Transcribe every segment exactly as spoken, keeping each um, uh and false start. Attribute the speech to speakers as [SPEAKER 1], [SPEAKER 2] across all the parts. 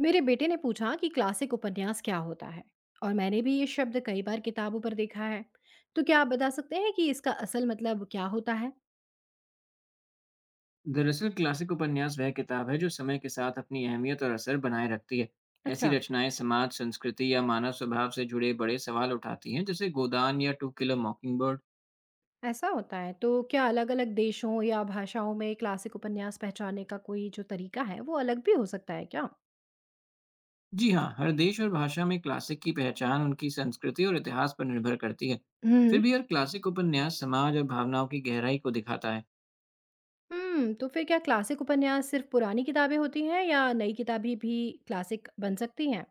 [SPEAKER 1] मेरे बेटे ने पूछा कि क्लासिक उपन्यास क्या होता है और मैंने भी ये शब्द कई बार किताबों पर देखा है। तो क्या आप बता सकते हैं कि इसका असल मतलब क्या होता है?
[SPEAKER 2] दरअसल क्लासिक उपन्यास वह किताब है जो समय के साथ अपनी अहमियत और असर बनाए रखती है। ऐसी
[SPEAKER 1] अच्छा।
[SPEAKER 2] रचनाएं समाज, संस्कृति या मानव स्वभाव से जुड़े बड़े सवाल उठाती हैं, जैसे गोदान या टू किलो मॉकिंग बर्ड।
[SPEAKER 1] ऐसा होता है तो क्या अलग अलग देशों या भाषाओं में क्लासिक उपन्यास पहचानने का कोई जो तरीका है वो अलग भी हो सकता है क्या?
[SPEAKER 2] जी हाँ, हर देश और भाषा में क्लासिक की पहचान उनकी संस्कृति और इतिहास पर निर्भर करती है।
[SPEAKER 1] हम्म।
[SPEAKER 2] फिर भी यार, क्लासिक उपन्यास समाज और भावनाओं की गहराई को दिखाता है।
[SPEAKER 1] हम्म तो फिर क्या क्लासिक उपन्यास सिर्फ पुरानी किताबें होती हैं या नई किताबें भी क्लासिक बन सकती हैं?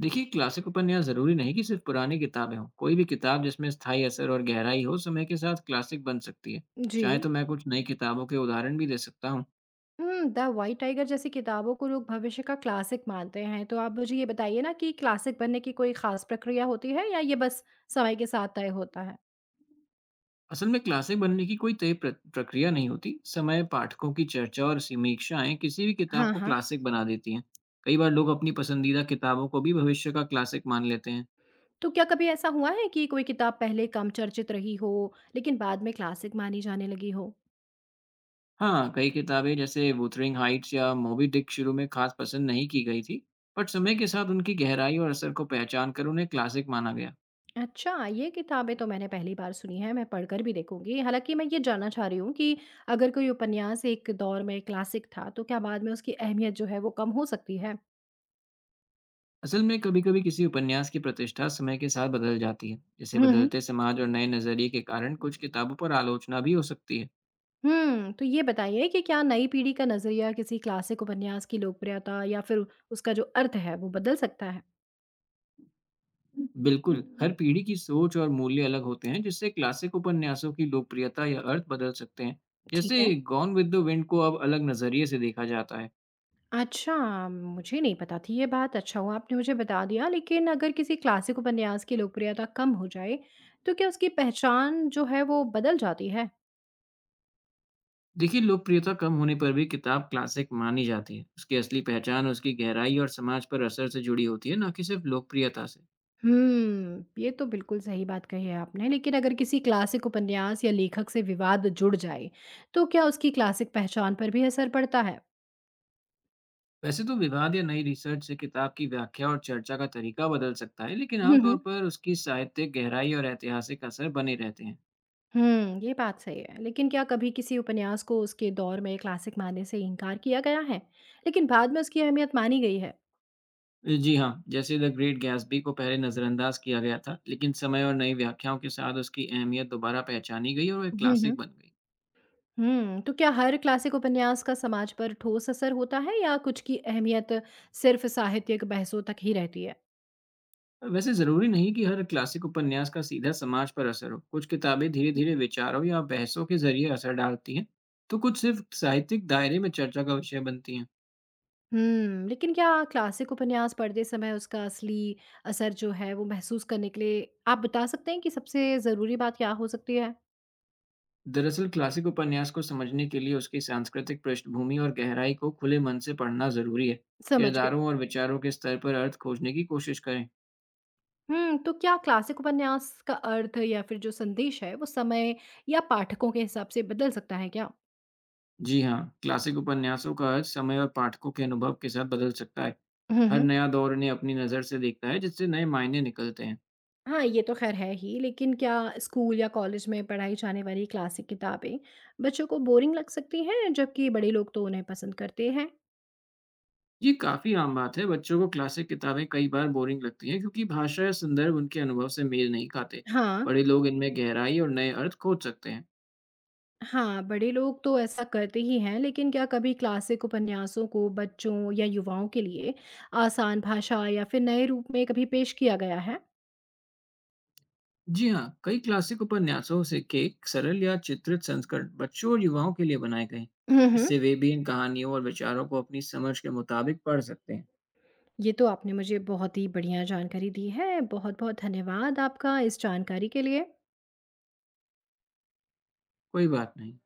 [SPEAKER 2] देखिए, क्लासिक उपन्यास जरूरी नहीं कि सिर्फ पुरानी किताबें हों। कोई भी किताब जिसमें स्थायी असर और गहराई हो, समय के साथ क्लासिक बन सकती है।
[SPEAKER 1] जी।
[SPEAKER 2] चाहे तो मैं कुछ नई किताबों के उदाहरण भी दे सकता हूँ।
[SPEAKER 1] हुँ, द व्हाइट टाइगर जैसी किताबों को लोग भविष्य का क्लासिक मानते हैं, तो आप मुझे ये बताइए ना कि क्लासिक बनने की कोई ख़ास प्रक्रिया होती है या ये बस समय के साथ तय होता है?
[SPEAKER 2] असल में, क्लासिक बनने की कोई तय प्र- प्रक्रिया नहीं होती। समय, पाठकों की चर्चा और समीक्षाएं किसी भी किताब
[SPEAKER 1] हाँ,
[SPEAKER 2] को
[SPEAKER 1] हाँ।
[SPEAKER 2] क्लासिक बना देती हैं। कई बार लोग अपनी पसंदीदा किताबों को भी भविष्य का क्लासिक मान लेते हैं।
[SPEAKER 1] तो क्या कभी ऐसा हुआ है कि कोई किताब पहले कम चर्चित रही हो, लेकिन बाद में क्लासिक मानी जाने लगी हो?
[SPEAKER 2] हाँ, कई किताबें जैसे वुथरिंग हाइट्स या मोबी डिक शुरू में खास पसंद नहीं की गई थी। बट समय के साथ उनकी गहराई और असर को पहचान कर उन्हें क्लासिक माना गया।
[SPEAKER 1] अच्छा, ये किताबें तो मैंने पहली बार सुनी हैं, मैं पढ़कर भी देखूँगी। हालाँकि मैं ये जानना चाह रही हूँ कि अगर कोई उपन्यास एक दौर में क्लासिक था, तो क्या बाद में उसकी अहमियत जो है वो कम हो सकती है?
[SPEAKER 2] असल में कभी कभी किसी उपन्यास की प्रतिष्ठा समय के साथ बदल जाती है, जिसे
[SPEAKER 1] हुँ, हुँ।
[SPEAKER 2] बदलते समाज और नए नजरिए के कारण कुछ किताबों पर आलोचना भी हो सकती है।
[SPEAKER 1] हुँ, तो ये बताइए कि क्या नई पीढ़ी का नज़रिया किसी क्लासिक उपन्यास की लोकप्रियता या फिर उसका जो अर्थ है, वो बदल सकता है?
[SPEAKER 2] बिल्कुल, हर पीढ़ी की सोच और मूल्य अलग होते हैं, जिससे क्लासिक उपन्यासों की लोकप्रियता या अर्थ बदल सकते हैं।
[SPEAKER 1] ठीक है।
[SPEAKER 2] जैसे गॉन विद द विंड को अब अलग नजरिए से देखा जाता है।
[SPEAKER 1] अच्छा, मुझे नहीं पता थी ये बात, अच्छा हुआ आपने मुझे बता दिया। लेकिन अगर किसी क्लासिक उपन्यास की लोकप्रियता कम हो जाए, तो क्या उसकी पहचान जो है वो बदल जाती है?
[SPEAKER 2] देखिए, लोकप्रियता कम होने पर भी किताब क्लासिक मानी जाती है। उसकी असली पहचान उसकी गहराई और समाज पर असर से जुड़ी होती है, ना कि सिर्फ लोकप्रियता से।
[SPEAKER 1] हम्म, ये तो बिल्कुल सही बात कही है आपने। लेकिन अगर किसी क्लासिक उपन्यास या लेखक से विवाद जुड़ जाए, तो क्या उसकी क्लासिक पहचान पर भी असर पड़ता है?
[SPEAKER 2] वैसे तो विवाद या नई रिसर्च से किताब की व्याख्या और चर्चा का तरीका बदल सकता है, लेकिन आमतौर पर उसकी साहित्यिक गहराई और ऐतिहासिक असर बने रहते हैं।
[SPEAKER 1] हुँ, ये बात सही है। लेकिन क्या कभी किसी उपन्यास को उसके दौर में क्लासिक मानने से इनकार किया गया है? लेकिन बाद में उसकी अहमियत मानी गई है।
[SPEAKER 2] जी हाँ, जैसे द ग्रेट गैट्सबी को पहले नज़रअंदाज किया गया था, लेकिन समय और नई व्याख्याओं के साथ उसकी अहमियत दोबारा पहचानी गई और वो एक
[SPEAKER 1] हुँ, हुँ।
[SPEAKER 2] क्लासिक बन गई।
[SPEAKER 1] हुँ, तो क्या हर क्लासिक उपन्यास का समाज पर ठोस असर होता है या कुछ की अहमियत सिर्फ़ साहित्यिक बहसों तक ही रहती है?
[SPEAKER 2] वैसे ज़रूरी नहीं कि हर क्लासिक उपन्यास का सीधा समाज पर असर हो। कुछ किताबें धीरे-धीरे विचारों या बहसों के ज़रिए असर डालती हैं, तो कुछ सिर्फ साहित्यिक दायरे में चर्चा का विषय बनती हैं।
[SPEAKER 1] हुँ, लेकिन क्या क्लासिक उपन्यास पढ़ते समय उसका असली असर जो है वो महसूस करने के लिए आप बता सकते हैं कि सबसे ज़रूरी बात क्या हो सकती है?
[SPEAKER 2] दरअसल क्लासिक उपन्यास को समझने के लिए उसकी सांस्कृतिक पृष्ठभूमि और गहराई को खुले मन से पढ़ना ज़रूरी है।
[SPEAKER 1] समझ गई।
[SPEAKER 2] किरदारों और विचारों के स्तर पर अर्थ खोजने की कोशिश करें।
[SPEAKER 1] हुँ, तो क्या क्लासिक उपन्यास का अर्थ या फिर जो संदेश है, वो समय या पाठकों के हिसाब से बदल सकता है क्या?
[SPEAKER 2] जी हाँ, क्लासिक उपन्यासों का अर्थ समय और पाठकों के अनुभव के साथ बदल सकता है।
[SPEAKER 1] हुँ,
[SPEAKER 2] हर
[SPEAKER 1] हुँ।
[SPEAKER 2] नया दौर उन्हें अपनी नज़र से देखता है, जिससे नए मायने निकलते हैं।
[SPEAKER 1] हाँ, ये तो ख़ैर है ही, लेकिन क्या स्कूल या कॉलेज में पढ़ाई जाने वाली क्लासिक किताबें बच्चों को बोरिंग लग सकती हैं, जबकि बड़े लोग तो उन्हें पसंद करते हैं?
[SPEAKER 2] ये काफ़ी आम बात है, बच्चों को क्लासिक किताबें कई बार बोरिंग लगती हैं क्योंकि भाषा या संदर्भ उनके अनुभव से मेल नहीं खाते।
[SPEAKER 1] हाँ।
[SPEAKER 2] बड़े लोग इनमें गहराई और नए अर्थ खोज सकते हैं।
[SPEAKER 1] हाँ, बड़े लोग तो ऐसा करते ही हैं, लेकिन क्या कभी क्लासिक उपन्यासों को बच्चों या युवाओं के लिए आसान भाषा या फिर नए रूप में कभी पेश किया गया है?
[SPEAKER 2] जी हाँ, कई क्लासिक उपन्यासों से के सरल या चित्रित संस्करण बच्चों और युवाओं के लिए बनाए गए हैं।
[SPEAKER 1] हुँ, हुँ।
[SPEAKER 2] इससे वे भी इन कहानियों और विचारों को अपनी समझ के मुताबिक पढ़ सकते हैं।
[SPEAKER 1] ये तो आपने मुझे बहुत ही बढ़िया जानकारी दी है। बहुत-बहुत धन्यवाद आपका इस जानकारी के लिए।
[SPEAKER 2] कोई बात नहीं।